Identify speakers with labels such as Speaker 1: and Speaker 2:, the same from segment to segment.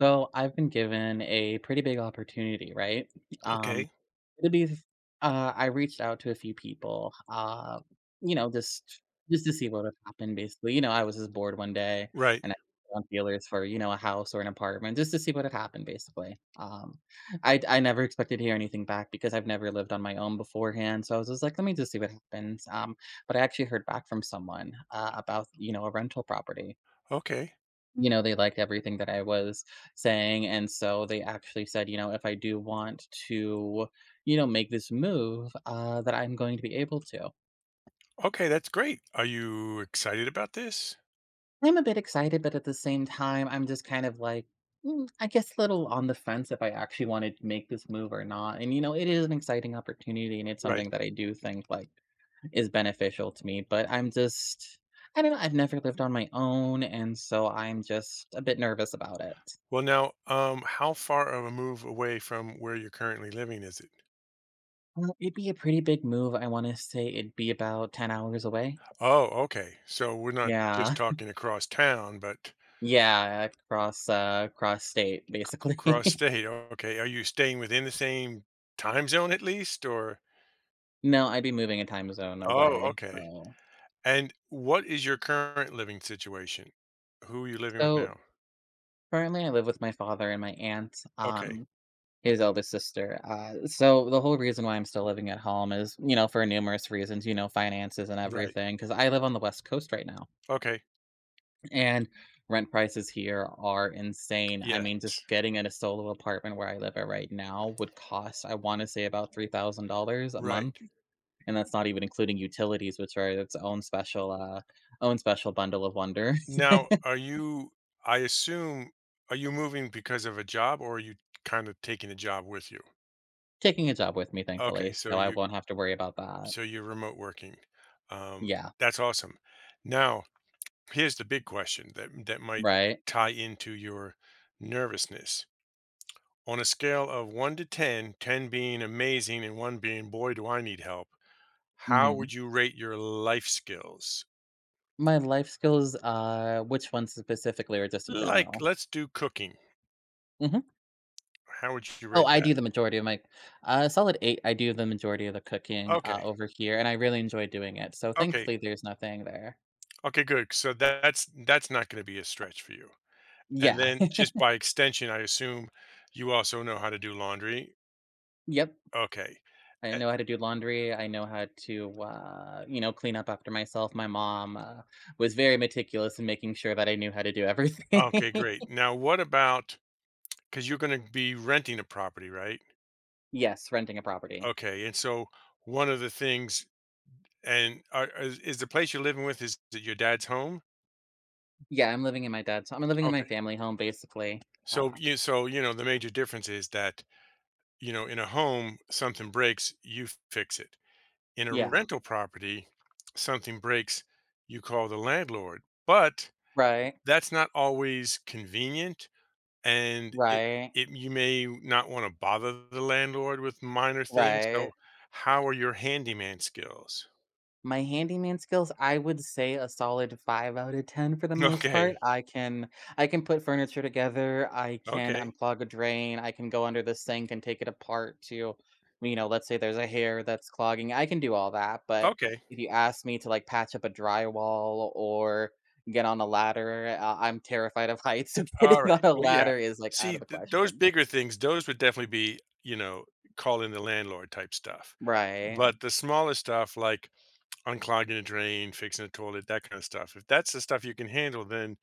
Speaker 1: So I've been given a pretty big opportunity, right? Um,
Speaker 2: Okay.
Speaker 1: it'll be, I reached out to a few people, you know, just just to see what would happen. Basically, you know, I was just bored one day,
Speaker 2: Right.
Speaker 1: and I put on feelers for a house or an apartment just to see what had happened. Basically, I never expected to hear anything back because I've never lived on my own beforehand. So I was just like, let me just see what happens. But I actually heard back from someone about a rental property.
Speaker 2: Okay.
Speaker 1: You know, they liked everything that I was saying. And so they actually said, you know, if I do want to, you know, make this move, that I'm going to be able to.
Speaker 2: Okay, that's great. Are you excited about this?
Speaker 1: I'm a bit excited, but at the same time, I'm just kind of like, "Mm, I guess a little on the fence if I actually want to make this move or not." And, you know, it is an exciting opportunity and it's
Speaker 2: Right.
Speaker 1: something that I do think is beneficial to me, but I'm just, I don't know, I've never lived on my own. And so I'm just a bit nervous about it.
Speaker 2: Well, now, how far of a move away from where you're currently living is it?
Speaker 1: Well, it'd be a pretty big move, I wanna say it'd be about 10 hours away.
Speaker 2: Oh, okay. So we're not just
Speaker 1: Yeah.
Speaker 2: talking across town, but
Speaker 1: Yeah, across, cross state,
Speaker 2: cross
Speaker 1: basically.
Speaker 2: state. Okay. Are you staying within the same time zone at least, or?
Speaker 1: No, I'd be moving a time zone
Speaker 2: Oh,
Speaker 1: away,
Speaker 2: okay.
Speaker 1: so
Speaker 2: And what is your current living situation? Who are you living with
Speaker 1: so,
Speaker 2: now?
Speaker 1: currently, I live with my father and my aunt,
Speaker 2: Okay.
Speaker 1: his eldest sister, so the whole reason why I'm still living at home is, you know, for numerous reasons, you know, finances and
Speaker 2: Right.
Speaker 1: everything. Because I live on the West Coast right now.
Speaker 2: Okay.
Speaker 1: And rent prices here are insane. I mean, just
Speaker 2: Yes.
Speaker 1: getting in a solo apartment where I live at right now would cost, I want to say, about $3,000 a month.
Speaker 2: Right.
Speaker 1: And that's not even including utilities, which are its own special bundle of wonder.
Speaker 2: Now, I assume, are you moving because of a job or are you kind of taking a job with you?
Speaker 1: Taking a job with me,
Speaker 2: Okay,
Speaker 1: thankfully,
Speaker 2: so
Speaker 1: so I won't have to worry about that.
Speaker 2: you're remote working. Um,
Speaker 1: Yeah,
Speaker 2: that's awesome. Now, here's the big question that might
Speaker 1: right.
Speaker 2: tie into your nervousness. On a scale of 1 to 10, 10 being amazing and 1 being boy do I need help, how
Speaker 1: Hmm.
Speaker 2: would you rate your life skills?
Speaker 1: My life skills, which ones specifically, or just in
Speaker 2: Like,
Speaker 1: general?
Speaker 2: let's do cooking.
Speaker 1: Mm-hmm.
Speaker 2: How would you
Speaker 1: Oh,
Speaker 2: rate
Speaker 1: I
Speaker 2: that?
Speaker 1: do the majority of my solid 8, I do the majority of the cooking,
Speaker 2: Okay.
Speaker 1: over here, and I really enjoy doing it, so
Speaker 2: Okay.
Speaker 1: thankfully, there's nothing there.
Speaker 2: Okay, good. So that's not gonna be a stretch for you. And
Speaker 1: Yeah.
Speaker 2: then just by extension, I assume you also know how to do laundry?
Speaker 1: Yep.
Speaker 2: Okay.
Speaker 1: I
Speaker 2: Eh
Speaker 1: know how to do laundry, I know how to, you know, clean up after myself. My mom, was very meticulous in making sure that I knew how to do everything.
Speaker 2: okay, great. Now what about, because you 'cause you're gonna be renting a property, right?
Speaker 1: Yes, renting a property.
Speaker 2: Okay, and so one of the things, and are is the place you're living with, is it your dad's home?
Speaker 1: Yeah, I'm living in my
Speaker 2: Okay.
Speaker 1: family home, basically. Uh,
Speaker 2: So, you know, the major difference is that, you know, in a home, something breaks, you fix it. In a
Speaker 1: yeah.
Speaker 2: rental property, something breaks, you call the landlord, but
Speaker 1: Right.
Speaker 2: that's not always convenient, and it,
Speaker 1: Right.
Speaker 2: it you may not want to bother the landlord with minor things. So,
Speaker 1: Right.
Speaker 2: how are your handyman skills?
Speaker 1: My handyman skills, I would say a solid 5 out of 10 for the most part.
Speaker 2: Okay,
Speaker 1: I can put furniture together, I can
Speaker 2: okay,
Speaker 1: unclog a drain, I can go under the sink and take it apart to, you know, let's say there's a hair that's clogging. I can do all that, but
Speaker 2: okay,
Speaker 1: if you ask me to like patch up a drywall or get on a ladder, I'm terrified of heights, so
Speaker 2: all
Speaker 1: getting on
Speaker 2: right.
Speaker 1: a
Speaker 2: Well, yeah.
Speaker 1: ladder is like out
Speaker 2: See,
Speaker 1: of the
Speaker 2: those
Speaker 1: question.
Speaker 2: bigger things, those would definitely be, you know, calling the landlord type stuff.
Speaker 1: Right.
Speaker 2: But the smaller stuff, like unclogging a drain, fixing a toilet, that kind of stuff. If that's the stuff you can handle,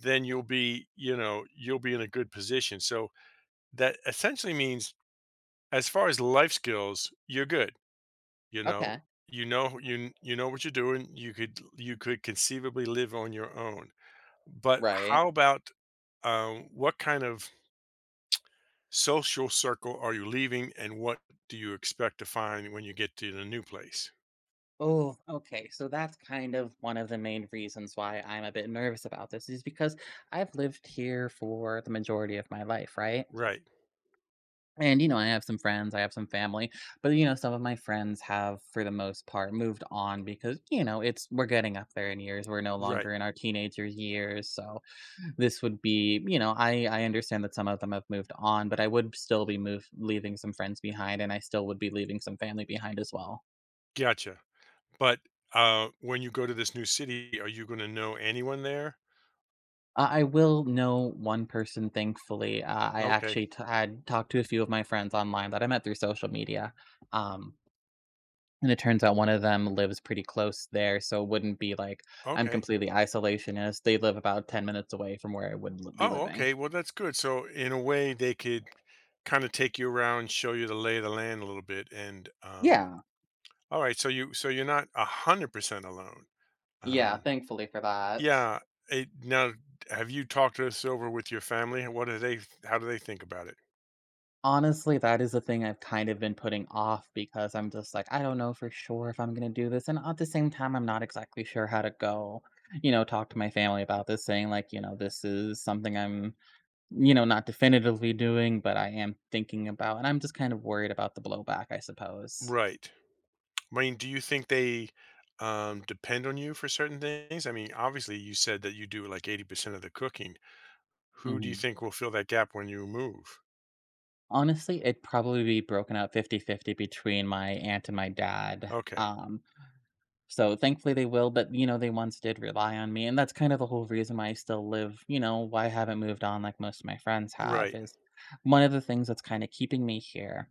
Speaker 2: then you'll be, you know, you'll be in a good position. So that essentially means, as far as life skills, you're good. You know,
Speaker 1: Okay.
Speaker 2: you know you know what you're doing. You could conceivably live on your own. But
Speaker 1: Right.
Speaker 2: how about, what kind of social circle are you leaving, and what do you expect to find when you get to the new place?
Speaker 1: Oh, okay. So that's kind of one of the main reasons why I'm a bit nervous about this is because I've lived here for the majority of my life, right?
Speaker 2: Right.
Speaker 1: And, you know, I have some friends, I have some family, but, you know, some of my friends have, for the most part, moved on because, you know, it's we're getting up there in years. We're no
Speaker 2: Right.
Speaker 1: longer in our teenagers' years. So this would be, you know, I understand that some of them have moved on, but I would still be leaving some friends behind and I still would be leaving some family behind as well.
Speaker 2: Gotcha. But, when you go to this new city, are you gonna know anyone there?
Speaker 1: I will know one person, thankfully. I
Speaker 2: Okay.
Speaker 1: actually had talked to a few of my friends online that I met through social media. Um, and it turns out one of them lives pretty close there. So it wouldn't be like I'm
Speaker 2: Okay.
Speaker 1: completely isolationist. They live about 10 minutes away from where I would be
Speaker 2: Oh,
Speaker 1: living.
Speaker 2: okay, well, that's good, so in a way, they could kinda take you around, show you the lay of the land a little bit, and
Speaker 1: Yeah.
Speaker 2: alright, so you're not 100% alone.
Speaker 1: Yeah.
Speaker 2: Um,
Speaker 1: Thankfully for that.
Speaker 2: yeah, it now, have you talked this over with your family? What do they, how do they think about it?
Speaker 1: Honestly, that is the thing I've kind of been putting off because I'm just like, I don't know for sure if I'm going to do this. And at the same time, I'm not exactly sure how to go, you know, talk to my family about this, saying, like, you know, this is something I'm, you know, not definitively doing, but I am thinking about. And I'm just kind of worried about the blowback, I suppose.
Speaker 2: Right. I mean, do you think they, depend on you for certain things? I mean, obviously, you said that you do, like, 80% of the cooking. Who do you
Speaker 1: Hmm.
Speaker 2: think will fill that gap when you move?
Speaker 1: Honestly, it'd probably be broken up fifty-fifty between my aunt and my dad.
Speaker 2: Okay.
Speaker 1: So, thankfully, they will, but, you know, they once did rely on me, and that's kind of the whole reason why I still live why I haven't moved on like most of my friends have
Speaker 2: Right.
Speaker 1: is one of the things that's kinda keeping me here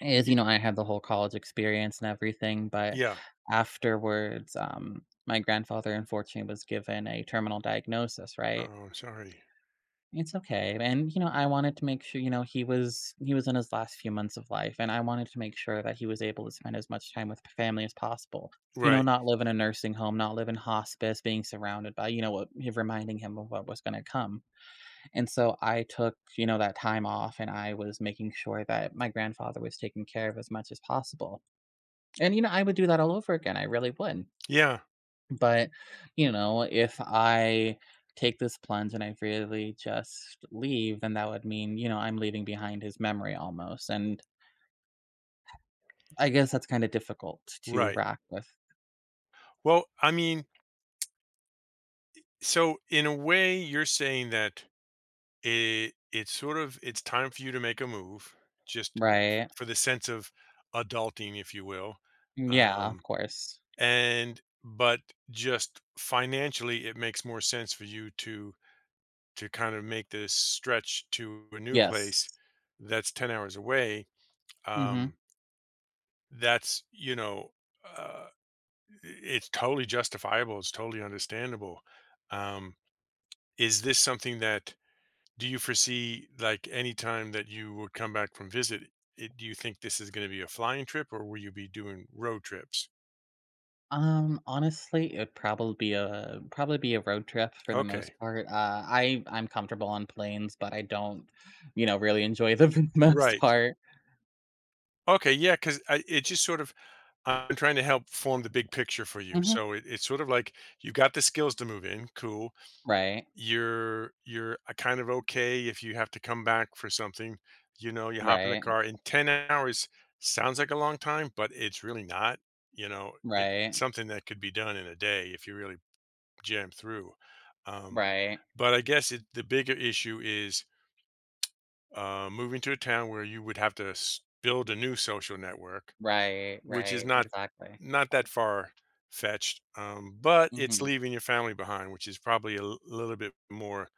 Speaker 1: is,
Speaker 2: Y-
Speaker 1: you know, I had the whole college experience and everything, but
Speaker 2: yeah.
Speaker 1: afterwards, my grandfather, unfortunately, was given a terminal diagnosis, right?
Speaker 2: Oh, sorry.
Speaker 1: It's okay, and, you know, I wanted to make sure, you know, he was in his last few months of life, and I wanted to make sure that he was able to spend as much time with family as possible. You know,
Speaker 2: Right.
Speaker 1: not live in a nursing home, not live in hospice, being surrounded by, you know, what reminding him of what was gonna come, and so I took, you know, that time off, and I was making sure that my grandfather was taken care of as much as possible, and, you know, I would do that all over again, I really would.
Speaker 2: Yeah.
Speaker 1: But, you know, if I take this plunge and I really just leave, then that would mean, you know, I'm leaving behind his memory almost. And I guess that's kind of difficult to
Speaker 2: Right.
Speaker 1: rack with,
Speaker 2: Well, I mean, so in a way, you're saying that it's sort of it's time for you to make a move, just
Speaker 1: right?
Speaker 2: for the sense of adulting, if you will,
Speaker 1: Yeah, of
Speaker 2: um,
Speaker 1: course.
Speaker 2: and but just financially, it makes more sense for you to kind of make this stretch to a new
Speaker 1: Yes.
Speaker 2: place that's 10 hours away.
Speaker 1: Hmm.
Speaker 2: Um, that's uh, it's totally justifiable, it's totally understandable. um, is this something that, do you foresee like any time that you would come back from visit it, do you think this is going to be a flying trip, or will you be doing road trips?
Speaker 1: Honestly, it'd probably be a road trip for the
Speaker 2: Okay,
Speaker 1: most part. I'm comfortable on planes, but I don't, you know, really enjoy them for the most
Speaker 2: right,
Speaker 1: part.
Speaker 2: okay, yeah, because it just sort of, I'm trying to help form the big picture for you,
Speaker 1: Hmm.
Speaker 2: so it, it's sort of like, you got the skills to move in, cool.
Speaker 1: Right,
Speaker 2: You're kind of okay if you have to come back for something, you know, you hop in the
Speaker 1: right,
Speaker 2: car in 10 hours, sounds like a long time, but it's really not, you know, it's
Speaker 1: right,
Speaker 2: something that could be done in a day if you really jam through, um,
Speaker 1: right.
Speaker 2: but I guess it the bigger issue is, moving to a town where you would have to s build a new social network,
Speaker 1: Right,
Speaker 2: which is
Speaker 1: right,
Speaker 2: not
Speaker 1: exactly.
Speaker 2: not that far-fetched, but it's
Speaker 1: Mhm.
Speaker 2: leaving your family behind, which is probably a l little bit more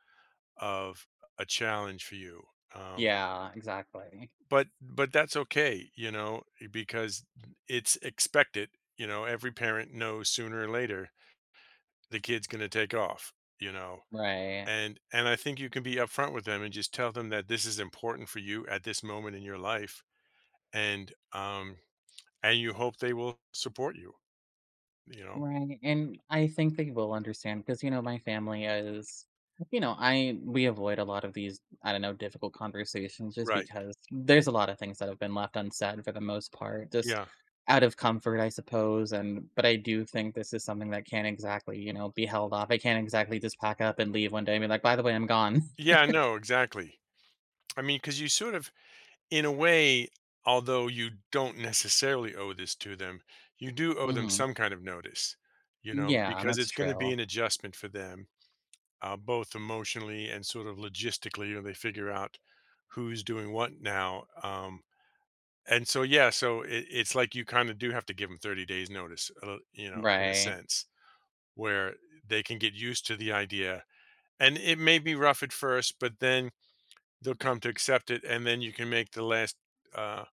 Speaker 2: of a challenge for you. Um,
Speaker 1: Yeah, exactly.
Speaker 2: but that's okay, you know, because it's expected. You know, every parent knows sooner or later the kid's going to take off. You know,
Speaker 1: Right,
Speaker 2: and I think you can be upfront with them and just tell them that this is important for you at this moment in your life, and um and you hope they will support you. You know,
Speaker 1: right, and I think they will understand because you know, my family is you know, I we avoid a lot of these, I don't know, difficult conversations just
Speaker 2: right?
Speaker 1: because there's a lot of things that have been left unsaid for the most part, just
Speaker 2: Yeah,
Speaker 1: out of comfort, I suppose, and but I do think this is something that can't exactly, you know, be held off. I can't exactly just pack up and leave one day and be like, "By the way, I'm gone."
Speaker 2: yeah. No, exactly. I mean, because you sort of in a way, although you don't necessarily owe this to them, you do owe them
Speaker 1: Mhm.
Speaker 2: some kind of notice, you know,
Speaker 1: Yeah,
Speaker 2: because
Speaker 1: that's
Speaker 2: it's going to be
Speaker 1: true.
Speaker 2: an adjustment for them, both emotionally and sort of logistically when they figure out who's doing what now. And so, yeah, so it, it's like you kind of do have to give them 30 days notice, you know, in a
Speaker 1: Right,
Speaker 2: sense where they can get used to the idea. And it may be rough at first, but then they'll come to accept it. And then you can make the last, uh,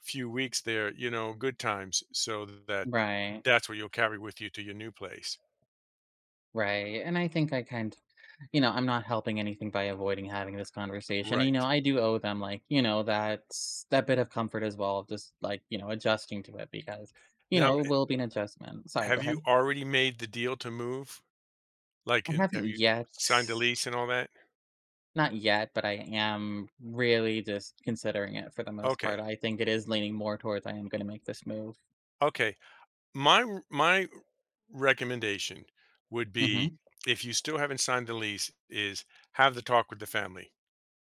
Speaker 2: few weeks there, you know, good times so that
Speaker 1: right.
Speaker 2: that's what you'll carry with you to your new place.
Speaker 1: Right, and I think I kind you know, I'm not helping anything by avoiding having this conversation, you
Speaker 2: Right.
Speaker 1: know, I do owe them, like, you know, that bit of comfort as well, of just, like, you know, adjusting to it because, you
Speaker 2: Now,
Speaker 1: know, it will be an adjustment. Sorry,
Speaker 2: have
Speaker 1: go
Speaker 2: you
Speaker 1: ahead.
Speaker 2: already made the deal to move? Like,
Speaker 1: I
Speaker 2: have
Speaker 1: haven't
Speaker 2: you
Speaker 1: yet
Speaker 2: signed a lease and all that?
Speaker 1: not yet, but I am really just considering it for the most part.
Speaker 2: Okay.
Speaker 1: I think it is leaning more towards I am gonna make this move.
Speaker 2: Okay. My recommendation would be,
Speaker 1: Mhm.
Speaker 2: if you still haven't signed the lease, is have the talk with the family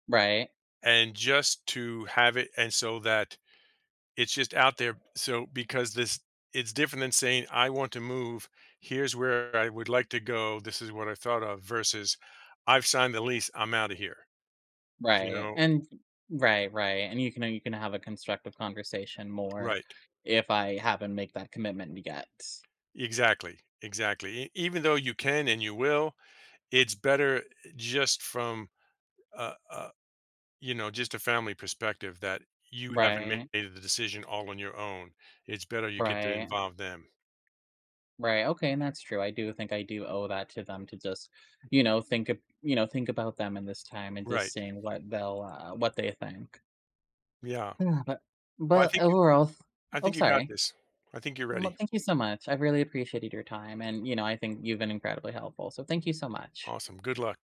Speaker 1: Right.
Speaker 2: and just to have it, and so that it's just out there, so because this it's different than saying, "I want to move. Here's where I would like to go. This is what I thought of," versus, "I've signed the lease. I'm out of here." You
Speaker 1: Right,
Speaker 2: know?
Speaker 1: and right, right, and you can have a constructive conversation more
Speaker 2: Right.
Speaker 1: if I haven't make that commitment yet.
Speaker 2: Exactly, exactly. E Even though you can and you will, it's better just from a, you know, just a family perspective that you haven't made
Speaker 1: Right,
Speaker 2: the decision all on your own. It's better you get to
Speaker 1: right,
Speaker 2: involve them.
Speaker 1: right, okay, and that's true, I do think I do owe that to them to just, you know, think ab you know, think about them in this time and just
Speaker 2: Right.
Speaker 1: seeing what they'll, what they think.
Speaker 2: Yeah.
Speaker 1: Yeah,
Speaker 2: Well,
Speaker 1: but overall th
Speaker 2: I
Speaker 1: oh,
Speaker 2: think you got
Speaker 1: sorry.
Speaker 2: this. I think you're
Speaker 1: Well,
Speaker 2: ready.
Speaker 1: thank you so much, I really appreciated your time, and, you know, I think you've been incredibly helpful, so thank you so much.
Speaker 2: Awesome. Good luck.